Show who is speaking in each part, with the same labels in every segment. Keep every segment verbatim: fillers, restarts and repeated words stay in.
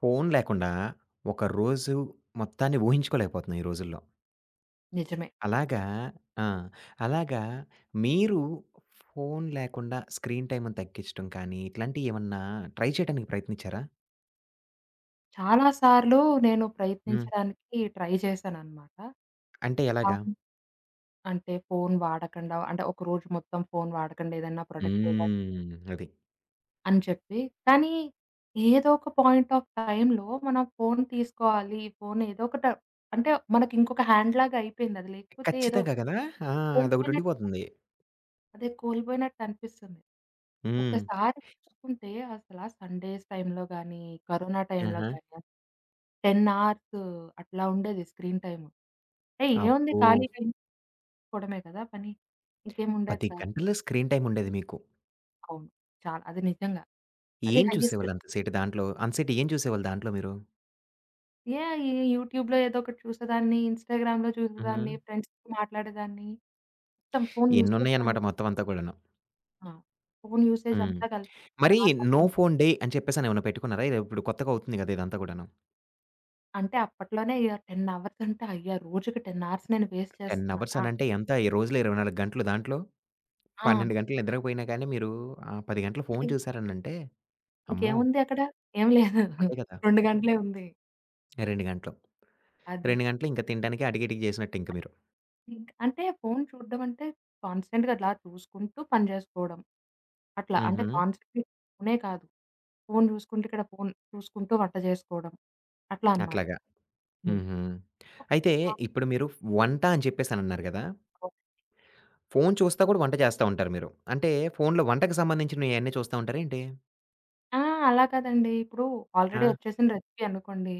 Speaker 1: Phone లేకుండా ఒక రోజు మొత్తాన్ని ఊహించుకోలేకపోతున్నాం ఈ రోజుల్లో.
Speaker 2: నిజమే.
Speaker 1: అలాగా? ఆ! అలాగా, మీరు ఫోన్ లేకుండా స్క్రీన్ టైమ్‌ని తగ్గించడం కానీ, ఇట్లాంటియేమన్నా ట్రై చేయడానికి ప్రయత్నించారా?
Speaker 2: చాలా సార్లు నేను
Speaker 1: హ్మ్.
Speaker 2: ప్రయత్నించడానికి ట్రై చేశాననమాట.
Speaker 1: అంటే ఎలాగా?
Speaker 2: అవును. అంటే ఫోను వాడకుండా అంటే ఒక రోజు మొత్తం ఫోను వాడకుండా ఏదన్నా ప్రొడక్టివ్‌గా
Speaker 1: హ్మ్, అది.
Speaker 2: అని చెప్పి. కానీ ఏదో ఒక పాయింట్ ఆఫ్ టైమ్‌లో మనం ఫోను తీసుకోవాలి. ఫోను ఏదో ఒకట అంటే మనకి ఇంకొక హ్యాండ్‌లాగా అయిపోయింది. అది లేకపోతే ఏదో
Speaker 1: ఖచ్చితంగా గదా! ఆ! అదొకటుండిపోతుంది.
Speaker 2: అదే కోల్పోయినట్టు అనిపిస్తుంది.
Speaker 1: హ్మ్.
Speaker 2: ఒక్కసారి చూసుకుంటే అసలా సండేస్ టైమ్‌లో గాని, కరోనా టైమ్‌లో
Speaker 1: ఆహా!
Speaker 2: గాని పది అవర్స్ అట్లా ఉండేది స్క్రీన్ టైమ్. ఏయ్! ఏముంది,
Speaker 1: అబ్బో!
Speaker 2: ఖాళీగా ఇంట్లో చూసుకోవడమే కదా పని. ఇంకేముండేది
Speaker 1: పది
Speaker 2: కాదు.
Speaker 1: గంటలు స్క్రీన్ టైమ్ ఉండేది మీకు.
Speaker 2: అవును. చాలా అది నిజంగా. అది
Speaker 1: ఏం
Speaker 2: హైయెస్ట్.
Speaker 1: చూసేవాళ్ళు అంత సేటు దాంట్లో? అంత సేటు ఏం చూసేవాళ్ళు దాంట్లో మీరు?
Speaker 2: ఏ ఈ యూట్యూబ్‌లో ఏదో ఒకటి చూసేదాన్ని, ఇన్‌స్టాగ్రామ్‌లో
Speaker 1: హుహు.
Speaker 2: చూసేదాన్ని, ఫ్రెండ్స్‌తో మాట్లాడేదాన్ని. మొత్తం ఫోను యూసేజ్ పైన.
Speaker 1: ఎన్నున్నాయన్నమాట మొత్తం అంతా కూడాను.
Speaker 2: ఆ! ఫోను యూసేజ్
Speaker 1: హ్మ్.
Speaker 2: అంతా కలిపి పది
Speaker 1: మరి
Speaker 2: అవర్స్
Speaker 1: నో
Speaker 2: అట్లా.
Speaker 1: ఫోన్ డే అని చెప్పేసని ఏమైనా పెట్టుకున్నారా? ఇది ఇప్పుడు కొత్తగా అవుతుంది గదా! ఇదంతా గూడాను.
Speaker 2: అంటే అప్పట్లోనే ఇగ పది అవర్స్ అంటే, అయ్యా! రోజుకి పది అవర్స్ నేను వేస్ట్
Speaker 1: పది అవర్స్
Speaker 2: చేస్తున్నానా?
Speaker 1: అనంటే ఎంత ఈ రోజులో? ఇరవై నాలుగు గంటలు దాంట్లో పన్నెండు
Speaker 2: ఆ!
Speaker 1: గంటలు నిద్రపోయినా కానీ మీరు ఆహ్, పది గంటలు
Speaker 2: ఓకే.
Speaker 1: ఫోను చూసారనంటే అమ్మో!
Speaker 2: ఇంకేముంది అక్కడ? ఏం లేదు.
Speaker 1: అంతే గదా!
Speaker 2: రెండు గంటలే ఉంది.
Speaker 1: రెండు గంటలు.
Speaker 2: అదే.
Speaker 1: రెండు గంటలు ఇంక తినడానికి అటికిటికి చేసినట్టు ఇంక మీరు.
Speaker 2: ఇంక్ అంటే ఫోను చూడడం అంటే కాన్స్టెంట్‌గా అట్లా చూసుకుంటూ పని జేసుకోవడం. అట్లా అంటే
Speaker 1: హుహు.
Speaker 2: కాన్సంట్రేట్ ఫోనే కాదు, ఫోను జూసుకుంటూ ఇక్కడ ఫోను చూసుకుంటూ వంట జేసుకోవడం. అట్లా అన్నమాట.
Speaker 1: అట్లాగా.
Speaker 2: హ్మ్.
Speaker 1: హుహు. అయితే ఇప్పుడు మీరు వంట అని చెప్పేసనన్నారు గదా! ఫోను చూస్తా కూడా వంట చేస్తా ఉంటారు మీరు. అంటే ఫోనులో వంటకి సంబంధించినయన్నీ చూస్తా ఉంటారా ఏంటి?
Speaker 2: ఆ! అలా కాదండి. ఇప్పుడు
Speaker 1: ఆ!
Speaker 2: ఆల్రెడీ వచ్చేసిన రెసిపీ అనుకోండి.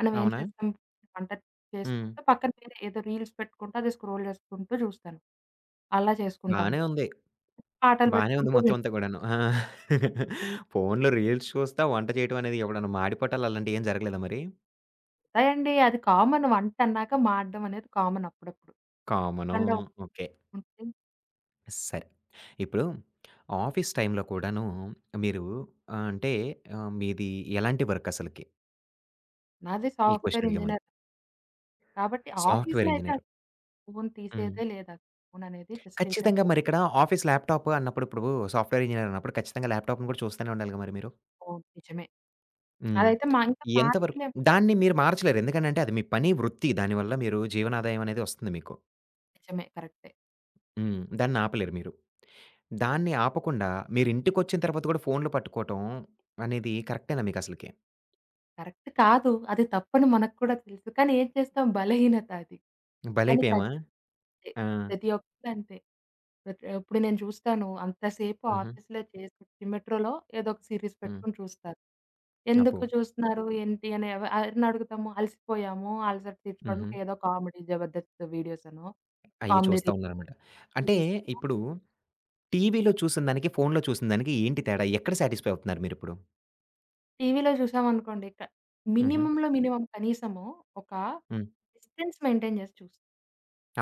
Speaker 2: మనం ఏం
Speaker 1: అవునా?
Speaker 2: చేస్తాం, వంట
Speaker 1: హ్మ్.
Speaker 2: చేసుకుంటూ పక్కన వేరే ఏదో రీల్స్ పెట్టుకుంటూ అది స్క్రోల్ చేసుకుంటూ చూస్తాను. అలా చేసుకుంటాను.
Speaker 1: బానే ఉంది.
Speaker 2: పాటలు
Speaker 1: బానే ఉంది
Speaker 2: పెట్టుకుంటూ
Speaker 1: మొత్తం అంతా కూడాను. ఆ!
Speaker 2: వింటుంది.
Speaker 1: ఫోన్‌లో రీల్స్ చూస్తా వంట చేయటం అనేది ఎప్పుడన్నా మాడిపట్టాలు అలాంటివి ఏం జరగలేదా మరి?
Speaker 2: ఉంటాయండి. అది కామన్, వంట అన్నాక మాడడం అనేది కామన్ అప్పుడప్పుడు.
Speaker 1: కామను.
Speaker 2: తప్పకుండా
Speaker 1: ఓకే.
Speaker 2: ఉంటుంది.
Speaker 1: సరే. ఇప్పుడు ఆఫీస్ టైమ్‌లో కూడాను మీరు ఆహ్, అంటే ఆహ్, మీది ఎలాంటి వర్క్ అసలకి?
Speaker 2: నాది
Speaker 1: ఈ క్వెషన్
Speaker 2: సాఫ్ట్‌వేర్
Speaker 1: అడిగే ముందు.
Speaker 2: ఇంజినీర్ కాబట్టి ఆఫీస్‌లో
Speaker 1: సాఫ్ట్‌వేర్
Speaker 2: అయితే
Speaker 1: ఇంజినీర్.
Speaker 2: అసలు ఫోను
Speaker 1: హ్మ్.
Speaker 2: తీసేదే లేదు. అసలు ఫోను అనేది జస్ట్
Speaker 1: ఖచ్చితంగా
Speaker 2: ఏంటంటే,
Speaker 1: మరిక్కడ ఆఫీస్ ల్యాప్‌టాప్ అన్నప్పుడు ఇప్పుడు సాఫ్ట్‌వేర్ ఇంజినీర్ అన్నప్పుడు ఖచ్చితంగా ల్యాప్‌టాప్‌ని కూడా చూస్తూనే ఉండాలిగా మరి మీరు?
Speaker 2: అవును నిజమే.
Speaker 1: హ్మ్.
Speaker 2: అదైతే మా ఇంకా
Speaker 1: ఎంత వరకు
Speaker 2: పార్టీలే.
Speaker 1: దాన్ని మీరు మార్చలేరు. ఎందుకనంటే అది మీ పని, వృత్తి. దానివల్ల మీరు జీవనాదాయం అనేది వస్తుంది మీకు.
Speaker 2: నిజమే, కరెక్టే.
Speaker 1: హ్మ్. దాన్నాపలేరు మీరు. దాన్ని ఆపకుండా మీరింటికొచ్చిన తర్వాత గూడా ఫోన్‌లు పట్టుకోవటం అనేది కరెక్టేనా మీకసలకి?
Speaker 2: కరెక్ట్ కాదు. అది తప్పని మనకు కూడా తెలుసు. కానీ ఏం చేస్తాం, బలహీనత అది. కానీ
Speaker 1: బలైపోయామా?
Speaker 2: తగ్గితే
Speaker 1: ఆ!
Speaker 2: ప్రతి ఒక్కళ్ళంతే. ప్రతి ఇప్పుడు నేను చూస్తాను, అంతసేపు
Speaker 1: హుహు.
Speaker 2: ఆఫీస్‌లో చేసి మెట్రోలో ఏదో ఒక సీరీస్
Speaker 1: హ్మ్.
Speaker 2: పెట్టుకొని చూస్తారు.
Speaker 1: అబ్బో!
Speaker 2: ఎందుకు చూస్తున్నారు? ఏంటి? అని ఎవ ఎవరిని అడుగుతాము? అలసిపోయాము. అలసట
Speaker 1: హుహు.
Speaker 2: తీర్చుకోవడానికి ఏదో కామెడీ 'జబర్దస్త్' వీడియోస్ అనో,
Speaker 1: అయ్యి
Speaker 2: కామెడీ
Speaker 1: చూస్తా
Speaker 2: రీ
Speaker 1: ఉన్నారనమాట. అంటే
Speaker 2: రీల్స్ అనో.
Speaker 1: ఇప్పుడు టీవీలో చూసిన దానికి, ఫోన్‌లో చూసిన దానికి ఏంటి తేడా? ఎక్కడ సాటిస్‌ఫై అవుతున్నారు మీరిప్పుడు?
Speaker 2: టీవీలో చూసామనుకోండి క
Speaker 1: హుహు.
Speaker 2: మినిమమ్‌లో మినిమమ్ కనీసము ఒక
Speaker 1: హ్మ్.
Speaker 2: డిస్టెన్స్ మెయింటైన్ చేసి చూస్తాం.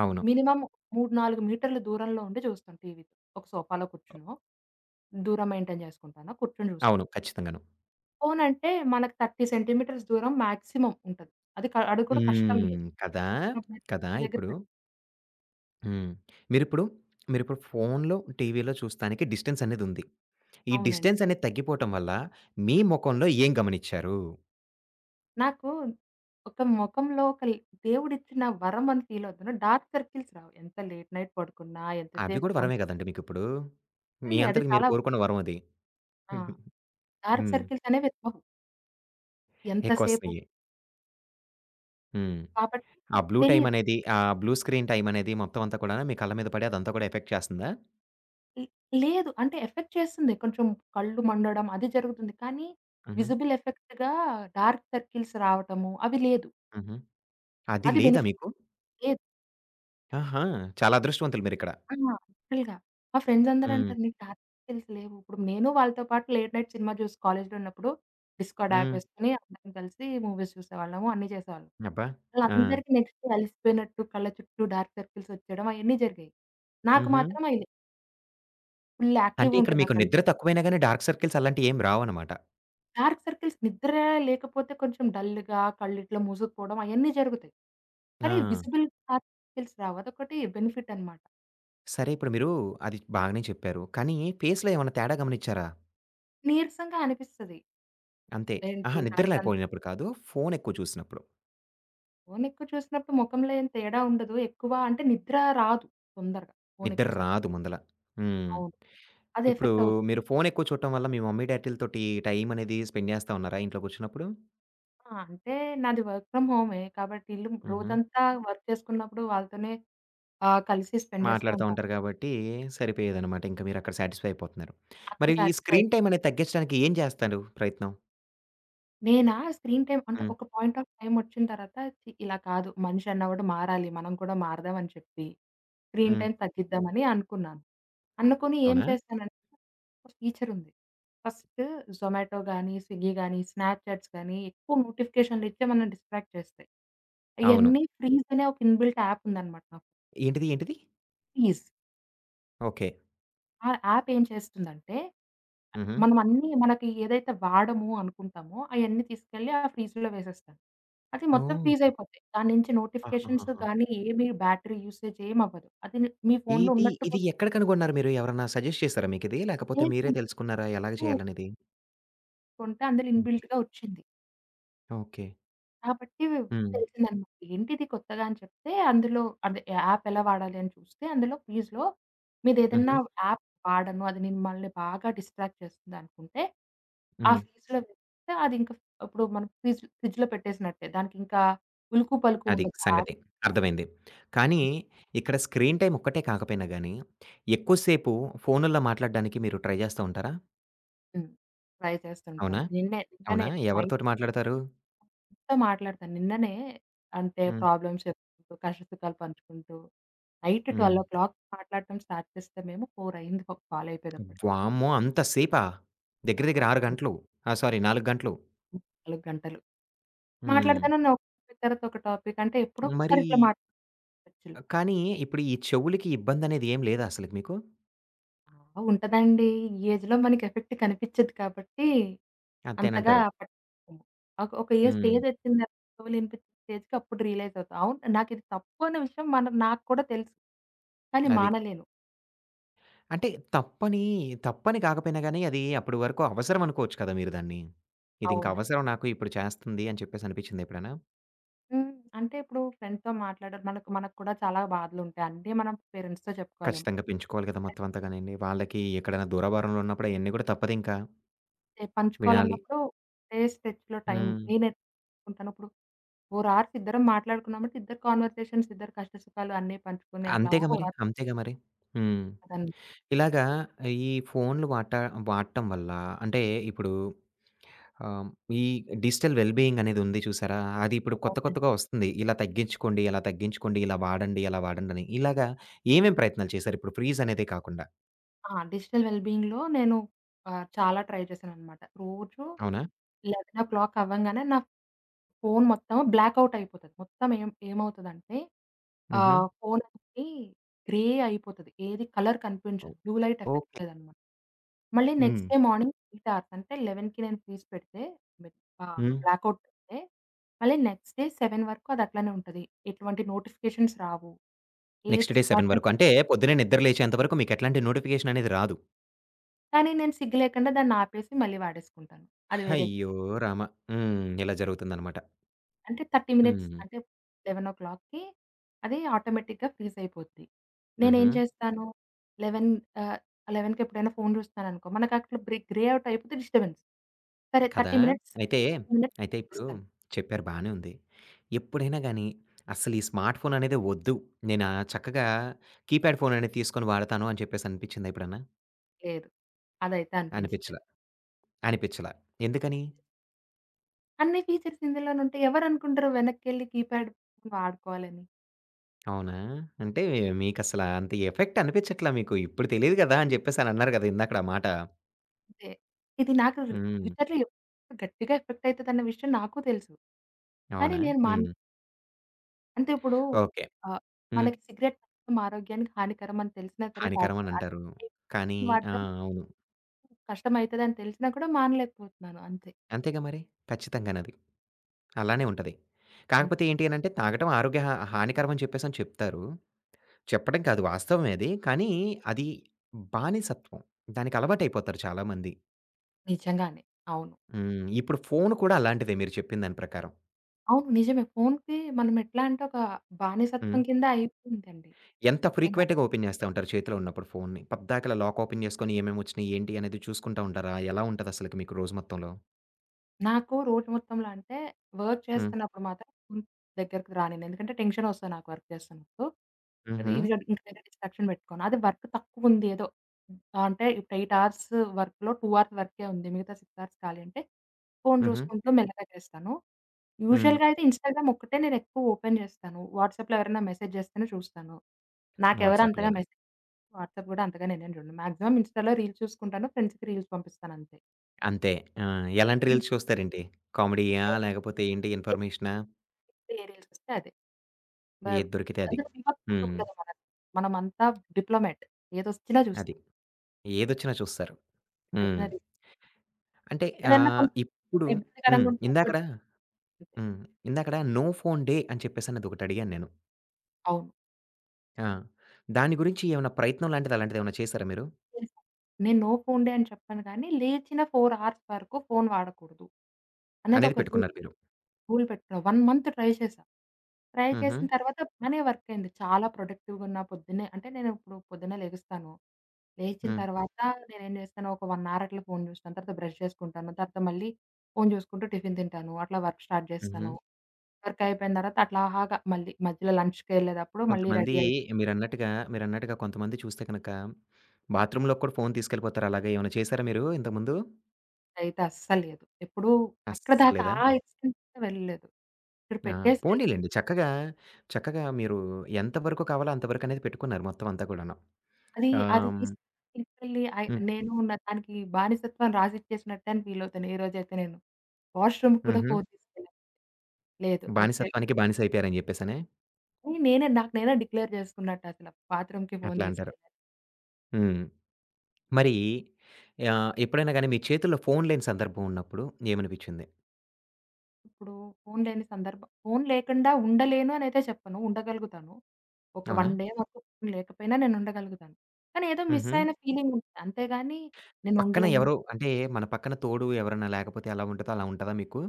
Speaker 1: అవును.
Speaker 2: మినిమమ్ మూడు, నాలుగు మీటర్ల దూరంలో ఉండి చూస్తాం టీవీ. ఒక సోఫాలో కూర్చునో, దూరం మెయింటైన్ చేసుకుంటాను. కూర్చొని చూస్తాం.
Speaker 1: అవును. ఖచ్చితంగాను.
Speaker 2: ఫోను అంటే మనకు ముప్పై సెంటీమీటర్స్ దూరం మాక్సిమం ఉంటది. అది క అది కూడా కష్టం
Speaker 1: హ్మ్.
Speaker 2: లేదు.
Speaker 1: కదా!
Speaker 2: నా బెడ్
Speaker 1: కదా!
Speaker 2: దగ్గర
Speaker 1: ఇప్పుడు
Speaker 2: పెట్
Speaker 1: హ్మ్. మీరిప్పుడు మీరిప్పుడు ఫోన్‌లో, టీవీలో చూస్తానికి డిస్టెన్స్ అనేదుంది. ఈ
Speaker 2: అవునండి.
Speaker 1: డిస్టెన్స్ అనేది తగ్గిపోవటం వల్ల, మీ మొఖంలో ఏం గమనిచ్చారు?
Speaker 2: నాకు ఒక మొఖంలో ఒక ల్ దేవుడిచ్చిన వరం అని ఫీల్ అవుతున్నా. డార్క్ సర్కిల్స్ రావు. ఎంత లేట్ నైట్ పడుకున్నా,
Speaker 1: అవి
Speaker 2: ఎంతసేపు
Speaker 1: కూడా
Speaker 2: ఫోను
Speaker 1: వరమే గదండీ మీకిప్పుడు. మీ
Speaker 2: చూసినా అది
Speaker 1: అంతటికి మీరు
Speaker 2: చాలా.
Speaker 1: కోరుకున్న వరం అది.
Speaker 2: ఆ! డార్క్
Speaker 1: హ్మ్.
Speaker 2: సర్కిల్స్ అనేవి రావు. ఎంతసేపు
Speaker 1: ఎక్కువొస్తయి. హ్మ్.
Speaker 2: కాబట్టి
Speaker 1: ఆ బ్లూ టైమ్
Speaker 2: తెలీదు.
Speaker 1: అనేది, ఆ బ్లూ స్క్రీన్ టైమ్ అనేది మొత్తం అంతా కూడాను మీ కళ్ళ మీద పడి అదంతా కూడా ఎఫెక్ట్ చేస్తందా?
Speaker 2: లే లేదు. అంటే ఎఫెక్ట్ చేస్తుంది, కొంచెం కళ్ళు మండడం అది జరుగుతుంది. కానీ
Speaker 1: హుహు.
Speaker 2: విజిబుల్ ఎఫెక్ట్‌గా డార్క్ సర్కిల్స్ రావటము అవి లేదు.
Speaker 1: హుహు. అది
Speaker 2: అది
Speaker 1: లేదా
Speaker 2: బెనిఫిట్.
Speaker 1: మీకు?
Speaker 2: లేదు.
Speaker 1: ఆహా! చాలా అదృష్టవంతులు మీరిక్కడ.
Speaker 2: ఆ! లిటరల్‌గా. మా ఫ్రెండ్స్ అందరూ
Speaker 1: హ్మ్.
Speaker 2: అంటారు, "నీకు డార్క్ సర్కిల్స్ లేవు." ఇప్పుడు నేను వాళ్ళతో పాటు లేట్ నైట్ సినిమా చూసి కాలేజ్‌లో ఉన్నప్పుడు డిస్కార్డ్ యాప్
Speaker 1: హ్మ్.
Speaker 2: యేసుకొని అందరం కలిసి మూవీస్ చూసేవాళ్ళము. అన్నీ చేసేవాళ్ళం.
Speaker 1: అబ్బా! ఆ!
Speaker 2: వాళ్ళందరికీ నెక్స్ట్ డే అలిసిపోయినట్టు కళ్ళ చుట్టూ డార్క్ సర్కిల్స్ వచ్చేయడం అయన్నీ జరిగాయి. నాకు
Speaker 1: హుహు.
Speaker 2: మాత్రం అయి ఫుల్
Speaker 1: అంటే
Speaker 2: యాక్టివ్‌గా
Speaker 1: ఇక్కడ
Speaker 2: ఉంటాయి నా
Speaker 1: మీకు
Speaker 2: కళ్ళు.
Speaker 1: నిద్ర తక్కువైనా గాని డార్క్ సర్కిల్స్ అలాంటియేం రావనమాట.
Speaker 2: డార్క్ సర్కిల్స్ నిద్ర లేకపోతే కొంచెం డల్‌గా కళ్ళిట్లా మూసుకుపోవడం అయన్నీ జరుగుతాయి.
Speaker 1: ఆ!
Speaker 2: కానీ విజిబుల్ డార్క్ సర్కిల్స్ రావు. అదొకటి బెనిఫిట్ అనమాట.
Speaker 1: సరే ఇప్పుడు మీరు అది బాగానే చెప్పారు. కానీ ఫేస్‌లో ఏమన్నా తేడా గమనిచ్చారా?
Speaker 2: నీరసంగా అనిపిస్తది.
Speaker 1: అంతే.
Speaker 2: ఏంటి
Speaker 1: అహా! నిద్ర
Speaker 2: రాత్రంతా!
Speaker 1: లేకపోయినప్పుడు కాదు. ఫోను ఎక్కువ చూసినప్పుడు.
Speaker 2: ఫోను ఎక్కువ చూసినప్పుడు మొఖంలో ఏం తేడా ఉండదు. ఎక్కువ అంటే నిద్ర రాదు, తొందరగా ఫోను
Speaker 1: నిద్ర
Speaker 2: ఎక్కువ సేపు
Speaker 1: రాదు
Speaker 2: చూస్తే.
Speaker 1: ముందల. హ్మ్.
Speaker 2: అవును. అది
Speaker 1: ఇప్పుడు
Speaker 2: ఎఫెక్ట్ అవుతుంది.
Speaker 1: మీరు ఫోను ఎక్కువ చూడటం వల్ల మీ మమ్మీ డ్యాడీ‌లతోటి టైం అనేది స్పెండ్ చేస్తా ఉన్నారా ఇంట్లో కూర్చున్నప్పుడు?
Speaker 2: ఆ! అంటే నాది వర్క్ ఫ్రమ్ హోమే కాబట్టి ఇల్లు
Speaker 1: హుహు.
Speaker 2: రోజంతా వర్క్ చేసుకున్నప్పుడు వాళ్ళతోనే ఆహ్, కలిసి స్పెండ్ చేస్తూ
Speaker 1: మాట్లాడుతా
Speaker 2: ఉంటాను.
Speaker 1: ఉంటారు కాబట్టి సరిపోయేదనమాట. ఇంక మీరక్కడ సాటిస్ఫై అయిపోతున్నారు.
Speaker 2: అక్కడ
Speaker 1: మరి ఈ
Speaker 2: సాటిస్ఫై.
Speaker 1: స్క్రీన్ టైమ్ అనేది తగ్గించడానికి ఏం చేస్తారు ప్రయత్నం?
Speaker 2: నేనా? స్క్రీన్ టైమ్ అంటే
Speaker 1: హ్మ్.
Speaker 2: ఒక పాయింట్ ఆఫ్ టైమ్ ఒచ్చిన తర్వాత ఛీ! ఇలా కాదు, మనిషన్నవాడు మారాలి. మనం కూడా మారదాం అని చెప్పి స్క్రీన్
Speaker 1: హ్మ్.
Speaker 2: టైమ్ తగ్గిద్దామని అనుకున్నాను. అనుకుని ఏం
Speaker 1: అవునా?
Speaker 2: చేశానంటే, ఒక ఫీచరుంది. ఫస్ట్ జొమాటో గానీ, స్విగ్గీ గానీ, స్నాప్‌చాట్స్ గానీ ఎక్కువ నోటిఫికేషన్లిచ్చే మనల్ని డిస్ట్రాక్ట్ చేస్తాయి.
Speaker 1: అవును.
Speaker 2: అయన్నీ ఫ్రీజ్ అనే ఒక ఇన్‌బిల్ట్ యాప్ ఉందనమాట నాకు.
Speaker 1: ఏంటిది? ఏంటిది?
Speaker 2: ఫ్రీజ్.
Speaker 1: ఓకే.
Speaker 2: ఆ యాప్ ఏం చేస్తుందంటే,
Speaker 1: హుహు.
Speaker 2: మనం అన్నీ మనకి ఏదైతే వాడము అనుకుంటామో, అయన్నీ తీసుకెళ్ళి ఆ ఫ్రీజ్‌లో వేసేస్తాను. అది మొత్తం ఫ్రీజ్
Speaker 1: ఓహ్!
Speaker 2: అయిపోతాయి. దాని నుంచి నోటిఫికేషన్స్
Speaker 1: ఆహాహాహా!
Speaker 2: గానీ, ఏమి బ్యాటరీ యూసేజ్ ఏమవ్వదు. అది మీ ఫోన్‌లో
Speaker 1: ఇది,
Speaker 2: ఉన్నట్టు.
Speaker 1: ఇది ఎక్కడ కనుగొన్నారు మీరు? ఎవరన్నా సజెస్ట్ చేసారా మీకిది? లేకపోతే
Speaker 2: కొట్టే
Speaker 1: మీరే తెలుసుకున్నారా ఎలాగ చేయాలనేది?
Speaker 2: కొంటే అందులో
Speaker 1: ఓకే.
Speaker 2: ఇన్‌బిల్ట్‌గా వచ్చింది.
Speaker 1: ఓకే.
Speaker 2: కాబట్టి
Speaker 1: హ్మ్.
Speaker 2: తెలిసిందనమాట. ఏంటిది కొత్తగా అని చెప్తే అందులో అదే యాప్ ఎలా వాడాలి అని చూస్తే అందులో ఫీజ్‌లో మీదేదన్నా
Speaker 1: హుహు.
Speaker 2: ఓకే, యాప్ వాడను. అది మిమ్మల్ని బాగా డిస్ట్రాక్ట్ చేస్తుంది అనుకుంటే ఆ
Speaker 1: హ్మ్.
Speaker 2: ఫీజ్‌లో వేస్తే అది ఇంకా, ఇప్పుడు మనం ఫ్రిడ్జ్ ఫ్రిడ్జ్‌లో పెట్టేసినట్టే. దానికింకా ఉలుకు పలుకు
Speaker 1: అది
Speaker 2: ఉండదు. యాప్.
Speaker 1: సంగతి. అర్థమైంది. కానీ ఇక్కడ స్క్రీన్ టైమ్ ఒక్కటే కాకపోయినా గాని, ఎక్కువ సేపు ఫోనుల్లో మాట్లాడడానికి మీరు ట్రై చేస్తా ఉంటారా?
Speaker 2: హ్మ్. ట్రై
Speaker 1: అవునా?
Speaker 2: చేస్తుంటాను. నిన్నే
Speaker 1: అవునా?
Speaker 2: నిన్ననే నై
Speaker 1: ఎవరితోటి మాట్లాడతారు?
Speaker 2: తో మాట్లాడతాను. నిన్ననే అంటే
Speaker 1: హ్మ్.
Speaker 2: ప్రాబ్లమ్స్ చెప్పుకుంటూ, కష్టసుఖాలు పంచుకుంటూ నైట్
Speaker 1: హ్మ్.
Speaker 2: పన్నెండు గంటలకు మాట్లాడటం స్టార్ట్ చేస్తే మేము నాలుగు అయింది ఒక కాల్ అయిపోయేదప్పటికి.
Speaker 1: వామ్మో! అంత సేపా?
Speaker 2: ఆ!
Speaker 1: దగ్గర దగ్గర ఆరు
Speaker 2: అంతకు
Speaker 1: గంటలు. ఆ! సారీ, నాలుగు గంటలు.
Speaker 2: నాలుగు గంటలు.
Speaker 1: హ్మ్.
Speaker 2: మాట్లాడతానన్న ఒక ఇద్దరితో ఒక టాపిక్ అంటే ఎప్పుడో ఒకసారి
Speaker 1: మరి
Speaker 2: ఇట్లా మాట్లాడొచ్చు.
Speaker 1: కానీ ఇప్పుడు ఈ చెవులకి ఇబ్బందనేది ఏం లేదా అసలకి మీకు?
Speaker 2: ఆ! ఉంటదండి. ఈ ఏజ్‌లో మనకి ఎఫెక్ట్ కనిపిచ్చదు కాబట్టి అంతగా
Speaker 1: అంతేనంటారు.
Speaker 2: పట్టించుకోము. ఒక ఒక ఏ
Speaker 1: హ్మ్.
Speaker 2: స్టేజ్ వచ్చిన తర్వాత చెవులు వినిపించని స్టేజ్‌కి అప్పుడు రియలైజ్ అవుతా. అవును, నాకిది తప్పు అనే విషయం మన నాకు కూడా తెలుసు. కానీ
Speaker 1: అది.
Speaker 2: మానలేను.
Speaker 1: అంటే తప్పని, తప్పని కాకపోయినా గాని అది అప్పటి వరకు అవసరం అనుకోవచ్చు కదా! మీరు దాన్ని. ఇదింక
Speaker 2: అవునండి.
Speaker 1: అవసరం నాకు ఇప్పుడు చేస్తుంది అని చెప్పేసి అనిపించిందా ఎప్పుడైనా?
Speaker 2: హ్మ్. అంటే ఇప్పుడు ఫ్రెండ్స్‌తో మాట్లాడారు, మనకు మనకు కూడా చాలా బాధలుంటాయి. అన్నీ మనం పేరెంట్స్‌తో చెప్పుకోలేం.
Speaker 1: ఖచ్చితంగా పెంచుకోవాలి కదా! మొత్తం అంతా గానియండి. వాళ్ళకి ఎక్కడైనా దూరాభారంలో ఉన్నప్పుడు అయన్నీ కూడా తప్పదింకా.
Speaker 2: అయితే
Speaker 1: వినాలి.
Speaker 2: పంచుకోవాలన్నప్పుడు ఏ స్టెప్స్‌లో టైం
Speaker 1: హ్మ్.
Speaker 2: నేనెట్టుకుంటాను. ఇప్పుడు ఓరార్స్ ఇద్దరం మాట్లాడుకున్నామంటే, ఇద్దరు కాన్వర్సేషన్స్, ఇద్దరు కష్ట సుఖాలు అన్నీ పంచుకొని అట్లా
Speaker 1: అంతేగా మరి.
Speaker 2: ఓరార్స్.
Speaker 1: అంతేగా మరి. హ్మ్.
Speaker 2: అవునండి.
Speaker 1: ఇలాగా ఈ ఫోన్‌లు వాట వాడటం వల్ల అంటే ఇప్పుడు ఆహ్, ఈ డిజిటల్ వెల్ బీయింగ్ అనేదుంది చూసారా? అది ఇప్పుడు కొత్త కొత్తగా వస్తుంది. ఇలా తగ్గించుకోండి, అలా తగ్గించుకోండి, ఇలా వాడండి, అలా వాడండని. ఇలాగా ఏమేం ప్రయత్నాలు చేశారు? ఇప్పుడు ఫ్రీజ్ అనేదే కాకుండా.
Speaker 2: ఆ! డిజిటల్ వెల్ బీయింగ్‌లో నేను ఆహ్, చాలా ట్రై చేశాననమాట. రోజు
Speaker 1: అవునా?
Speaker 2: పదకొండు గంటలు అవ్వంగానే నా ఫోను మొత్తం బ్లాక్ అవుట్ అయిపోతది. మొత్తం ఏం ఏమవుతదంటే,
Speaker 1: హుహు.
Speaker 2: ఆహ్, ఫోన్ అనేది గ్రే అయిపోతది. ఏది కలర్
Speaker 1: ఓ
Speaker 2: కనిపించదు. Blue light effect
Speaker 1: okay.
Speaker 2: లేదనమాట. మళ్ళీ
Speaker 1: హ్మ్.
Speaker 2: నెక్స్ట్ డే మార్నింగ్ ఎనిమిది అవర్స్ అంటే 11:00కి నేను తీసి పెడితే, మె ఆహ్,
Speaker 1: హ్మ్.
Speaker 2: బ్లాక్ ఔట్ పెడితే మళ్ళీ నెక్స్ట్ డే ఏడు వరకు అది అట్లనే ఉంటది. ఎటువంటి నోటిఫికేషన్స్ రావు. ఏ
Speaker 1: నెక్స్ట్ డే ఏడు
Speaker 2: డిస్ట్రాక్షన్.
Speaker 1: వరకు. అంటే పొద్దున్నే నిద్ర లేచేంత వరకు మీకెట్లాంటి నోటిఫికేషన్ అనేది రాదు.
Speaker 2: కానీ నేను సిగ్గు లేకుండా దాన్ని ఆపేసి మళ్ళీ వాడేసుకుంటాను. అది వేరే విషయం.
Speaker 1: అయ్యో! రామ! హ్మ్. ఇలా జరుగుతుందనమాట.
Speaker 2: అంటే ముప్పై మినిట్స్
Speaker 1: హ్మ్.
Speaker 2: అంటే 11:00కి అది ఆటోమేటిక్‌గా ఫ్రీజ్ అయిపోద్ది. నేనేం
Speaker 1: హుహు.
Speaker 2: చేస్తాను పదకొండు ఆహ్, 11కి ఎప్పుడైనా ఫోన్ చూస్తున్నాననుకో మనకు అక్కడ బ్రే గ్రే అవుట్ అయిపోతే డిస్టర్బెన్స్. సరే
Speaker 1: కదా!
Speaker 2: ముప్పై మినిట్స్
Speaker 1: అయితే,
Speaker 2: మినిట్స్
Speaker 1: అయితే ఇప్పుడు
Speaker 2: చేస్తాను.
Speaker 1: చెప్పారు, బానే ఉంది. ఎప్పుడైనా గాని అస్సలు ఈ స్మార్ట్ ఫోన్ అనేది వద్దు. నేను ఆహ్, చక్కగా కీప్యాడ్ ఫోన్ అనేది తీసుకొని వాడతాను అని చెప్పేసి అనిపించిందా ఎప్పుడన్నా?
Speaker 2: లేదు, అదైతే
Speaker 1: అనిపించలా.
Speaker 2: అనిపించలేదు.
Speaker 1: అనిపించలా. ఎందుకని?
Speaker 2: అన్ని ఫీచర్స్ ఇందులోనే ఉంటాయి. ఎవరనుకుంటారు వెనక్కెళ్ళి కీప్యాడ్ ఫోన్ వాడుకోవాలని.
Speaker 1: అవునా? అంటే మీకసల అంత ఎఫెక్ట్ అనిపించట్లా మీకు. ఇప్పుడు తెలీదు కదా! అని చెప్పేసి అని అన్నారు కదా! ఇందాకడ మాట.
Speaker 2: అంతే. ఇది నాకు
Speaker 1: హ్మ్.
Speaker 2: ఫ్యూచర్‌లో ఎప్పుడు గట్టిగా ఎఫెక్ట్ అయితదన్న విషయం నాకు తెలుసు. కానీ
Speaker 1: అవునా?
Speaker 2: నేను మాన్
Speaker 1: హ్మ్.
Speaker 2: అంటే ఇప్పుడు
Speaker 1: ఓకే.
Speaker 2: ఆహ్,
Speaker 1: హ్మ్.
Speaker 2: మనకి సిగరెట్ తాగడం ఆరోగ్యానికి హానికరం అని తెలిసినా సరే
Speaker 1: హానికరం
Speaker 2: తాగుతారు.
Speaker 1: అని
Speaker 2: అదే
Speaker 1: అంటారు. కానీ
Speaker 2: nicotine
Speaker 1: ఆ!
Speaker 2: వాడడం
Speaker 1: అవును.
Speaker 2: కష్టమైతదని తెలిసినా కూడా మానలేకపోతున్నాను అంతే.
Speaker 1: అంతేగా మరి. ఖచ్చితంగానది. అలానే ఉంటది.
Speaker 2: అంతే.
Speaker 1: కాకపోతే ఏంటి అనంటే తాగటం ఆరోగ్య హా హానికరం అని చెప్పేసని చెప్తారు. చెప్పడం కాదు వాస్తవమే అది. కానీ అది బానిసత్వం. దానికి అలవాటైపోతారు చాలామంది.
Speaker 2: నిజంగానే. అవును.
Speaker 1: హ్మ్. ఇప్పుడు ఫోను కూడా అలాంటిదే మీరు చెప్పిన దాని ప్రకారం.
Speaker 2: అవును, నిజమే. ఫోన్‌కి మనం ఎట్లా అంటే ఒక బానిసత్వం
Speaker 1: హ్మ్.
Speaker 2: కింద అయిపోయిందండి.
Speaker 1: ఎంత
Speaker 2: నిజంగా.
Speaker 1: ఫ్రీక్వెంట్‌గా ఓపెన్ చేస్తా ఉంటారు చేతిలో ఉన్నప్పుడు ఫోన్ని? పద్దాకలా లాక్ ఓపెన్ చేసుకొని ఏమేమొచ్చినాయి ఏంటి అనేది చూసుకుంటా ఉంటారా? ఎలా ఉంటదసలకి మీకు రోజు మొత్తంలో?
Speaker 2: నాకు రోజు మొత్తంలో అంటే వర్క్
Speaker 1: హ్మ్.
Speaker 2: చేస్తున్నప్పుడు మాత్రం ఫోన్ దగ్గరికి రానిను. ఎందుకంటే టెన్షనొస్తది నాకు వర్క్ చేస్తున్నప్పుడు. అది
Speaker 1: హుహు.
Speaker 2: ఇది ఇంక వేరే డిస్ట్రాక్షన్ పెట్టుకోను. అదే వర్క్ తక్కువుంది, ఏదో ఆ, అంటే ఇప్పుడు ఎనిమిది అవర్స్ వర్క్‌లో రెండు అవర్స్ వర్కే ఉంది. మిగతా ఆరు అవర్స్ ఖాళీ అంటే ఫోన్
Speaker 1: హుహు.
Speaker 2: చూసుకుంటూ మెల్లగా చేస్తాను.
Speaker 1: హ్మ్.
Speaker 2: యూజువల్‌గా అయితే ఇన్‌స్టాగ్రామ్ ఒక్కటే నేను ఎక్కువ ఓపెన్ చేస్తాను. వాట్సాప్‌లో ఎవరైనా మెసేజ్ చేస్తేనే చూస్తాను. నాకెవరు
Speaker 1: వాట్సాప్‌లో
Speaker 2: అంతగా
Speaker 1: ఎవరు
Speaker 2: మెసేజ్. వాట్సాప్ కూడా అంతగా నేనేం చూడను. మాక్సిమం ఇన్‌స్టాలో రీల్స్ చూసుకుంటాను. ఫ్రెండ్స్‌కి రీల్స్ పంపిస్తానంతే.
Speaker 1: అంతే. ఆ! ఎలాంటి రీల్స్ చూస్తారేంటి? కామెడీయా? లేకపోతే ఏంటి, ఇన్ఫర్మేషనా?
Speaker 2: ఏ రీల్స్ వస్తే అదే. బర్
Speaker 1: ఏది దొరికితే అది.
Speaker 2: అంటే వివక్షత
Speaker 1: హ్మ్.
Speaker 2: ఉండదు మనకి. మనమంతా డిప్లొమాట్. ఏదొచ్చినా
Speaker 1: అది.
Speaker 2: చూస్తాం.
Speaker 1: ఏదొచ్చినా చూస్తారు.
Speaker 2: ఎటొచ్చినా
Speaker 1: హ్మ్. అంటే
Speaker 2: ఏదన్నా
Speaker 1: ఆహ్,
Speaker 2: కొంచెం
Speaker 1: ఇప్పుడు హ్మ్.
Speaker 2: ఇబ్బందికరంగా ఉంటే
Speaker 1: ఇందాకడ
Speaker 2: కొట్టేది.
Speaker 1: హ్మ్. ఇందాకడ నో ఫోన్ డే అని చెప్పేసనేది ఒకటడిగాను నేను.
Speaker 2: అవును.
Speaker 1: ఆ! దాని గురించి ఏమన్నా ప్రయత్నం లాంటిది అలాంటిదేమన్నా చేసారా మీరు?
Speaker 2: చేశాను. నేను నో ఫోన్ డే అని చెప్పాను, కానీ లేచిన నాలుగు అవర్స్ వరకు ఫోన్ వాడకూడదు అనేది
Speaker 1: అనేది
Speaker 2: ఒక రూల్
Speaker 1: పెట్టుకున్నారు మీరు.
Speaker 2: రూల్ పెట్టుకున్నా. ఒక మంత్ ట్రై చేశా. ట్రై
Speaker 1: హుహు.
Speaker 2: చేసిన తర్వాత బానే వర్క్ అయింది. చాలా ప్రొడక్టివ్‌గా ఉన్నా పొద్దున్నే, అంటే నేను ఇప్పుడు పొద్దున్నే లెగుస్తాను. లేచిన
Speaker 1: హ్మ్.
Speaker 2: తర్వాత నేనేం జేస్తాను, ఒక 1 అవర్ అట్లా ఫోను జూస్తాను. తర్వాత బ్రష్ జేసుకుంటాను. తర్వాత మళ్ళీ ఫోను జూసుకుంటూ టిఫిన్ తింటాను. అట్లా వర్క్ స్టార్ట్
Speaker 1: హుహు.
Speaker 2: జేస్తాను. వర్క్ అయిపోయిన తర్వాత అట్లా హాగా మళ్ళీ మధ్యలో లంచ్‌కెళ్ళేటప్పుడు మళ్ళీ
Speaker 1: కొంతమంది
Speaker 2: రెడీ అయి.
Speaker 1: మీరన్నట్టుగా, మీరన్నట్టుగా కొంతమంది చూస్తే కనుక బాత్రూమ్‌లోకి కూడా ఫోన్ తీసుకెళ్ళిపోతారు. అలాగా ఏమైనా చేసారా మీరు ఇంతకుముందు?
Speaker 2: అయితే అస్సలు లేదు. ఎప్పుడూ అక్కడ దాకా
Speaker 1: అస్సలేదా?
Speaker 2: ఆ ఇన్సిడెంట్ కూడా వెళ్ళలేదు. ఇక్కడ
Speaker 1: ఆ!
Speaker 2: పెట్టేసి వెళ్
Speaker 1: పోనీలెండి. చక్కగా, చక్కగా మీరు ఎంత వరకు కావాలో అంత వరకనేది పెట్టుకున్నారు మొత్తం అంతా కూడాను.
Speaker 2: అది
Speaker 1: ఆహ్,
Speaker 2: అది
Speaker 1: హ్మ్.
Speaker 2: తీస్ తీసుకెళ్ళి అయ్
Speaker 1: హ్మ్.
Speaker 2: నేను నా దానికి బానిసత్వం రాసిచ్చేసినట్టే అని ఫీలవుతాను ఏ రోజైతే నేను వాష్‌రూమ్‌కి గూడా
Speaker 1: హుహు.
Speaker 2: ఫోను తీసుకెళ్ళను. లేదు, అక్కడే
Speaker 1: బానిసత్వానికి బానిసైపోయారని జెప్పేసనే
Speaker 2: నేనే, నాకు నేనే డిక్లేర్ జేసుకున్నట్టు అసల బాత్‌రూమ్‌కి ఫోను
Speaker 1: అట్లా అంటారు.
Speaker 2: తీసుకెళ్ళను.
Speaker 1: హ్మ్. మరి ఆహ్, ఎప్పుడైనా గానీ మీ చేతుల్లో ఫోను లేని సందర్భం ఉన్నప్పుడు ఏమనిపిచ్చింది?
Speaker 2: ఇప్పుడు ఫోను లేని సందర్భం ఫోను లేకుండా ఉండలేను అనైతే చెప్పను. ఉండగలుగుతాను. ఒక
Speaker 1: అవునా?
Speaker 2: 1 డే వరకు ఫోను లేకపోయినా నేను ఉండగలుగుతాను. కానీ ఏదో మిస్
Speaker 1: హుహు.
Speaker 2: అయిన ఫీలింగ్ ఉంటది. అంతేగాని నేను
Speaker 1: పక్కన
Speaker 2: ఉండలేను.
Speaker 1: ఎవరో అంటే మన పక్కన తోడు ఎవరన్నా లేకపోతే ఎలా ఉంటదో అలా ఉంటదా మీకు?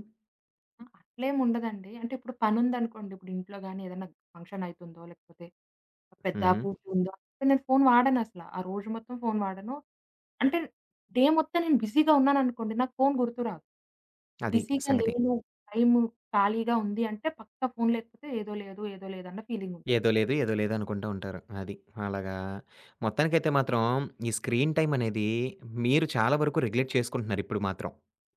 Speaker 2: అ అట్లేం ఉండదండి. అంటే ఇప్పుడు పనుందనుకోండి, ఇప్పుడు ఇంట్లో గాని ఏదైనా ఫంక్షన్ అయితుందో, లేకపోతే పెద్ద
Speaker 1: హుహు.
Speaker 2: పూజ ఉందో, అప్పుడు నేను ఫోను వాడనసల. ఆ రోజు మొత్తం ఫోను వాడను. అంటే డే మొత్తం నేను బిజీగా ఉన్నాననుకోండి, నాకు ఫోను గుర్తు రాదు.
Speaker 1: అది
Speaker 2: బిజీగా
Speaker 1: సంగతి.
Speaker 2: లేను, టైము ఖాళీగా ఉంది అంటే పక్కా ఫోను లేకపోతే ఏదో లేదు, ఏదో లేదన్న ఫీలింగుంటది.
Speaker 1: ఏదో లేదు, ఏదో లేదు అనుకుంటూ ఉంటారు. అది. అలాగా మొత్తానికైతే మాత్రం ఈ స్క్రీన్ టైమ్ అనేది మీరు చాలా వరకు రెగ్యులేట్ చేసుకుంటున్నారు ఇప్పుడు మాత్రం.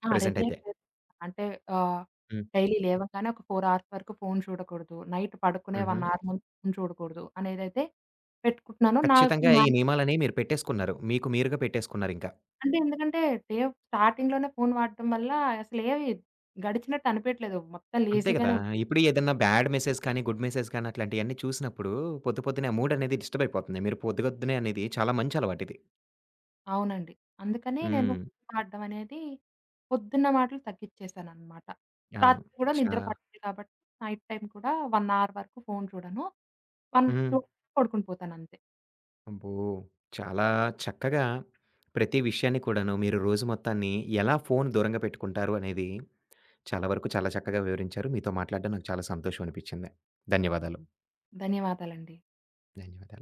Speaker 2: ఆ!
Speaker 1: ప్రెజెంట్
Speaker 2: రెగ్యులేట్
Speaker 1: అయితే.
Speaker 2: చేస్ అంటే ఆహ్,
Speaker 1: హ్మ్.
Speaker 2: డైలీ లేవగానే ఒక నాలుగు అవర్స్ వరకు ఫోను చూడకూడదు. నైట్ పడుకునే ఒక
Speaker 1: హుహు.
Speaker 2: అవర్ ముందు ఫోను చూడకూడదు అనేదైతే పెట్టుకుంటున్నాను. నాకు
Speaker 1: ఖచ్చితంగా
Speaker 2: మా.
Speaker 1: ఈ నియమాలని మీరు పెట్టేసుకున్నారు. మీకు మీరుగా పెట్టేసుకున్నారింక.
Speaker 2: అంటే ఎందుకంటే డే స్టార్టింగ్‌లోనే ఫోను వాడడం వల్ల అసలేవి గడిచినట్టు అనిపియట్లేదు. మొత్తం
Speaker 1: అంతే గదా!
Speaker 2: లేజీగానే ఉంటుంది.
Speaker 1: ఇప్పుడు ఏదన్నా బ్యాడ్ మెసేజ్ కానీ, గుడ్ మెసేజ్ కానీ అట్లాంటియన్నీ చూసినప్పుడు పొద్దు పొద్దునే ఆ మూడ్ అనేది డిస్టర్బ్ అయిపోతుంది. మీరు పొద్దుగొద్దునే అనేది చాలా మంచి అలవాటిది.
Speaker 2: అవునండి. అందుకని నేను
Speaker 1: హ్మ్.
Speaker 2: వాడడం అనేది పొద్దున్న మాటలు తగ్గిచ్చేసాననమాట.
Speaker 1: అవును.
Speaker 2: రాత్రి కూడా
Speaker 1: చా
Speaker 2: నిద్ర పట్టదు కాబట్టి నైట్ టైమ్ కూడా ఒక అవర్ వరకు ఫోను చూడను. ఒకటి
Speaker 1: హ్మ్.
Speaker 2: చూసి పడుకొని పోతానంతే.
Speaker 1: అబ్బో! చాలా చక్కగా ప్రతి విషయాన్ని కూడాను మీరు రోజు మొత్తాన్ని ఎలా ఫోన్ దూరంగా పెట్టుకుంటారు అనేది చాలా వరకు చాలా చక్కగా వివరించారు. మీతో మాట్లాడడం నాకు చాలా సంతోషం అనిపించింది. ధన్యవాదాలు.
Speaker 2: ధన్యవాదాలండి.
Speaker 1: ధన్యవాదాలు.